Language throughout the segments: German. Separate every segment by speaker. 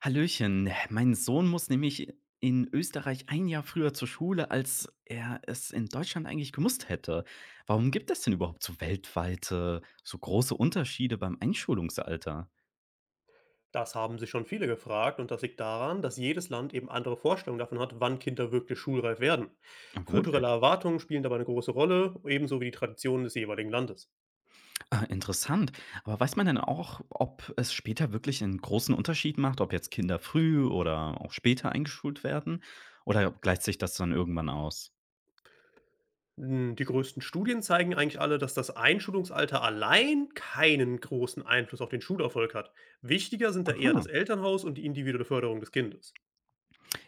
Speaker 1: Hallöchen, mein Sohn muss nämlich in Österreich 1 Jahr früher zur Schule, als er es in Deutschland eigentlich gemusst hätte. Warum gibt es denn überhaupt so weltweite, so große Unterschiede beim Einschulungsalter?
Speaker 2: Das haben sich schon viele gefragt und das liegt daran, dass jedes Land eben andere Vorstellungen davon hat, wann Kinder wirklich schulreif werden.
Speaker 1: Ah, wirklich?
Speaker 2: Kulturelle Erwartungen spielen dabei eine große Rolle, ebenso wie die Traditionen des jeweiligen Landes.
Speaker 1: Ah, interessant. Aber weiß man denn auch, ob es später wirklich einen großen Unterschied macht, ob jetzt Kinder früh oder auch später eingeschult werden? Oder gleicht sich das dann irgendwann aus?
Speaker 2: Die größten Studien zeigen eigentlich alle, dass das Einschulungsalter allein keinen großen Einfluss auf den Schulerfolg hat. Wichtiger sind da eher
Speaker 1: Aha.
Speaker 2: das Elternhaus und die individuelle Förderung des Kindes.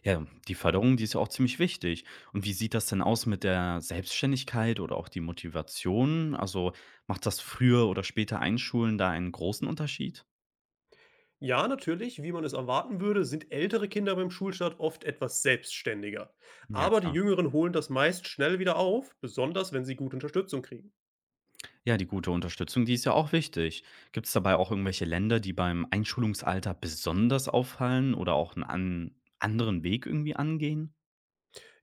Speaker 1: Ja, die Förderung, die ist ja auch ziemlich wichtig. Und wie sieht das denn aus mit der Selbstständigkeit oder auch die Motivation? Also macht das früher oder später Einschulen da einen großen Unterschied?
Speaker 2: Ja, natürlich, wie man es erwarten würde, sind ältere Kinder beim Schulstart oft etwas selbstständiger.
Speaker 1: Ja,
Speaker 2: Aber die
Speaker 1: klar.
Speaker 2: Jüngeren holen das meist schnell wieder auf, besonders wenn sie gute Unterstützung kriegen.
Speaker 1: Ja, die gute Unterstützung, die ist ja auch wichtig. Gibt es dabei auch irgendwelche Länder, die beim Einschulungsalter besonders auffallen oder auch einen an anderen Weg irgendwie angehen?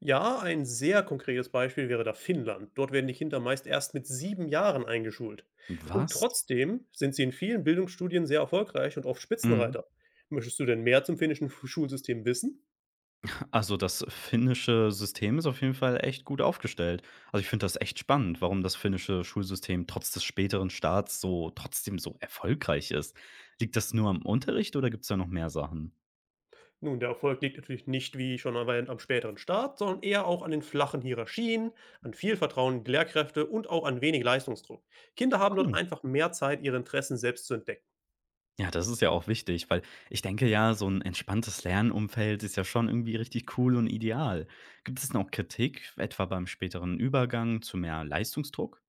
Speaker 2: Ja, ein sehr konkretes Beispiel wäre da Finnland. Dort werden die Kinder meist erst mit 7 Jahren eingeschult. Und
Speaker 1: Was?
Speaker 2: trotzdem sind sie in vielen Bildungsstudien sehr erfolgreich und oft
Speaker 1: Mhm.
Speaker 2: Spitzenreiter. Möchtest du denn mehr zum finnischen Schulsystem wissen?
Speaker 1: Also, das finnische System ist auf jeden Fall echt gut aufgestellt. Also, ich finde das echt spannend, warum das finnische Schulsystem trotz des späteren Starts so trotzdem so erfolgreich ist. Liegt das nur am Unterricht oder gibt es da noch mehr Sachen?
Speaker 2: Nun, der Erfolg liegt natürlich nicht, wie schon erwähnt, am späteren Start, sondern eher auch an den flachen Hierarchien, an viel Vertrauen in die Lehrkräfte und auch an wenig Leistungsdruck. Kinder haben dort
Speaker 1: Cool.
Speaker 2: einfach mehr Zeit, ihre Interessen selbst zu entdecken.
Speaker 1: Ja, das ist ja auch wichtig, weil ich denke ja, so ein entspanntes Lernumfeld ist ja schon irgendwie richtig cool und ideal. Gibt es noch Kritik, etwa beim späteren Übergang zu mehr Leistungsdruck?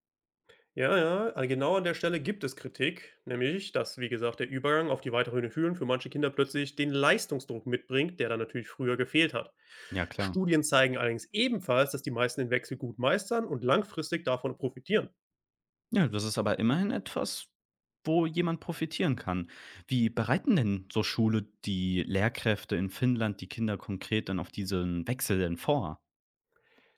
Speaker 2: Ja, ja, genau an der Stelle gibt es Kritik, nämlich, dass, wie gesagt, der Übergang auf die weiterführenden Schulen für manche Kinder plötzlich den Leistungsdruck mitbringt, der dann natürlich früher gefehlt hat.
Speaker 1: Ja, klar.
Speaker 2: Studien zeigen allerdings ebenfalls, dass die meisten den Wechsel gut meistern und langfristig davon profitieren.
Speaker 1: Ja, das ist aber immerhin etwas, wo jemand profitieren kann. Wie bereiten denn so Schule die Lehrkräfte in Finnland die Kinder konkret dann auf diesen Wechsel denn vor?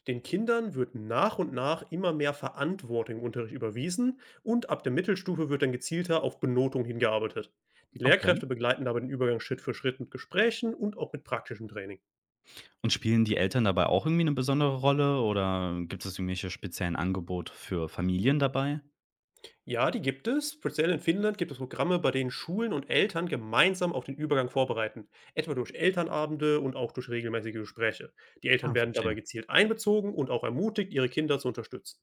Speaker 2: Den Kindern wird nach und nach immer mehr Verantwortung im Unterricht überwiesen und ab der Mittelstufe wird dann gezielter auf Benotung hingearbeitet. Die
Speaker 1: Okay.
Speaker 2: Lehrkräfte begleiten dabei den Übergang Schritt für Schritt mit Gesprächen und auch mit praktischem Training.
Speaker 1: Und spielen die Eltern dabei auch irgendwie eine besondere Rolle oder gibt es irgendwelche speziellen Angebote für Familien dabei?
Speaker 2: Ja, die gibt es. Speziell in Finnland gibt es Programme, bei denen Schulen und Eltern gemeinsam auf den Übergang vorbereiten, etwa durch Elternabende und auch durch regelmäßige Gespräche. Die
Speaker 1: Ah,
Speaker 2: Eltern werden
Speaker 1: verstehe.
Speaker 2: dabei gezielt einbezogen und auch ermutigt, ihre Kinder zu unterstützen.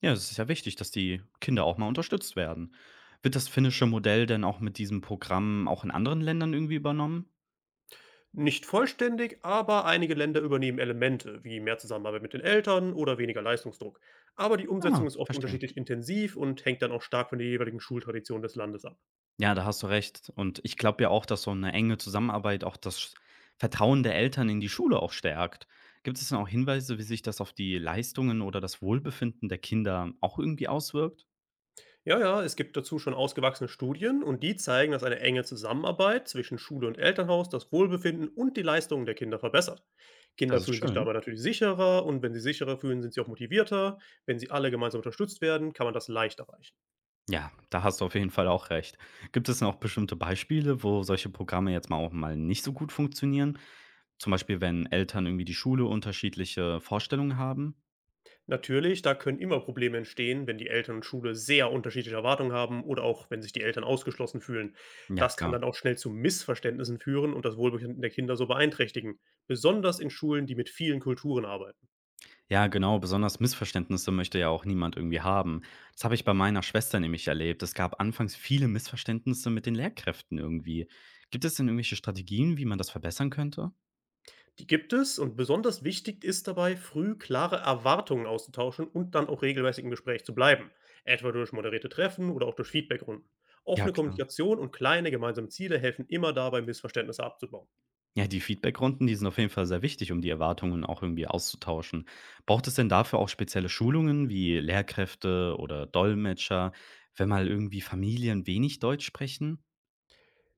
Speaker 1: Ja, es ist ja wichtig, dass die Kinder auch mal unterstützt werden. Wird das finnische Modell denn auch mit diesem Programm auch in anderen Ländern irgendwie übernommen?
Speaker 2: Nicht vollständig, aber einige Länder übernehmen Elemente wie mehr Zusammenarbeit mit den Eltern oder weniger Leistungsdruck. Aber die
Speaker 1: Ah,
Speaker 2: Umsetzung ist oft
Speaker 1: verstehe.
Speaker 2: unterschiedlich intensiv und hängt dann auch stark von der jeweiligen Schultradition des Landes ab.
Speaker 1: Ja, da hast du recht. Und ich glaube ja auch, dass so eine enge Zusammenarbeit auch das Vertrauen der Eltern in die Schule auch stärkt. Gibt es denn auch Hinweise, wie sich das auf die Leistungen oder das Wohlbefinden der Kinder auch irgendwie auswirkt?
Speaker 2: Ja, ja, es gibt dazu schon ausgewachsene Studien und die zeigen, dass eine enge Zusammenarbeit zwischen Schule und Elternhaus das Wohlbefinden und die Leistungen der Kinder verbessert. Kinder
Speaker 1: Das ist
Speaker 2: fühlen sich
Speaker 1: schön.
Speaker 2: dabei natürlich sicherer und wenn sie sicherer fühlen, sind sie auch motivierter. Wenn sie alle gemeinsam unterstützt werden, kann man das leicht erreichen.
Speaker 1: Ja, da hast du auf jeden Fall auch recht. Gibt es denn auch bestimmte Beispiele, wo solche Programme jetzt mal auch mal nicht so gut funktionieren? Zum Beispiel, wenn Eltern irgendwie die Schule unterschiedliche Vorstellungen haben?
Speaker 2: Natürlich, da können immer Probleme entstehen, wenn die Eltern und Schule sehr unterschiedliche Erwartungen haben oder auch wenn sich die Eltern ausgeschlossen fühlen.
Speaker 1: Ja,
Speaker 2: Das kann
Speaker 1: klar.
Speaker 2: dann auch schnell zu Missverständnissen führen und das Wohlbefinden der Kinder so beeinträchtigen, besonders in Schulen, die mit vielen Kulturen arbeiten.
Speaker 1: Ja, genau, besonders Missverständnisse möchte ja auch niemand irgendwie haben. Das habe ich bei meiner Schwester nämlich erlebt. Es gab anfangs viele Missverständnisse mit den Lehrkräften irgendwie. Gibt es denn irgendwelche Strategien, wie man das verbessern könnte?
Speaker 2: Die gibt es und besonders wichtig ist dabei, früh klare Erwartungen auszutauschen und dann auch regelmäßig im Gespräch zu bleiben, etwa durch moderierte Treffen oder auch durch Feedbackrunden.
Speaker 1: Ja,
Speaker 2: Offene
Speaker 1: klar.
Speaker 2: Kommunikation und kleine gemeinsame Ziele helfen immer dabei, Missverständnisse abzubauen.
Speaker 1: Ja, die Feedbackrunden, die sind auf jeden Fall sehr wichtig, um die Erwartungen auch irgendwie auszutauschen. Braucht es denn dafür auch spezielle Schulungen wie Lehrkräfte oder Dolmetscher, wenn mal irgendwie Familien wenig Deutsch sprechen?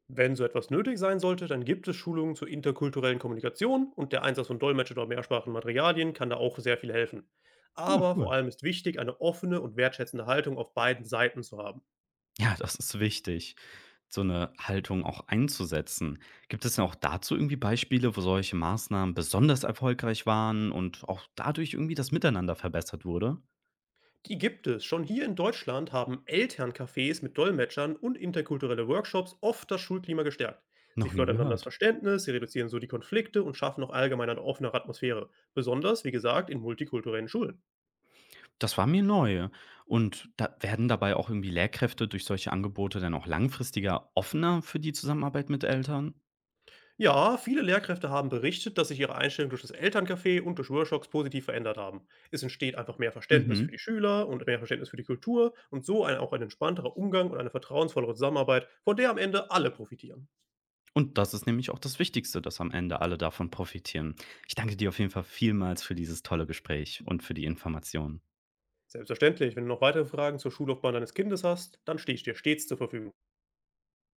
Speaker 2: Wenn so etwas nötig sein sollte, dann gibt es Schulungen zur interkulturellen Kommunikation und der Einsatz von Dolmetschern oder mehrsprachigen Materialien kann da auch sehr viel helfen.
Speaker 1: Ja,
Speaker 2: Aber vor
Speaker 1: cool.
Speaker 2: allem ist wichtig, eine offene und wertschätzende Haltung auf beiden Seiten zu haben.
Speaker 1: Ja, das ist wichtig. So eine Haltung auch einzusetzen. Gibt es denn auch dazu irgendwie Beispiele, wo solche Maßnahmen besonders erfolgreich waren und auch dadurch irgendwie das Miteinander verbessert wurde?
Speaker 2: Die gibt es. Schon hier in Deutschland haben Elterncafés mit Dolmetschern und interkulturelle Workshops oft das Schulklima gestärkt. Sie
Speaker 1: Noch nie
Speaker 2: fördern dann das
Speaker 1: gehört.
Speaker 2: Verständnis, sie reduzieren so die Konflikte und schaffen auch allgemein eine offenere Atmosphäre. Besonders, wie gesagt, in multikulturellen Schulen.
Speaker 1: Das war mir neu. Und da werden dabei auch irgendwie Lehrkräfte durch solche Angebote dann auch langfristiger offener für die Zusammenarbeit mit Eltern?
Speaker 2: Ja, viele Lehrkräfte haben berichtet, dass sich ihre Einstellung durch das Elterncafé und durch Workshops positiv verändert haben. Es entsteht einfach mehr Verständnis für
Speaker 1: Mhm.
Speaker 2: die Schüler und mehr Verständnis für die Kultur und so ein, auch ein entspannterer Umgang und eine vertrauensvollere Zusammenarbeit, von der am Ende alle profitieren.
Speaker 1: Und das ist nämlich auch das Wichtigste, dass am Ende alle davon profitieren. Ich danke dir auf jeden Fall vielmals für dieses tolle Gespräch und für die Informationen.
Speaker 2: Selbstverständlich, wenn du noch weitere Fragen zur Schullaufbahn deines Kindes hast, dann stehe ich dir stets zur Verfügung.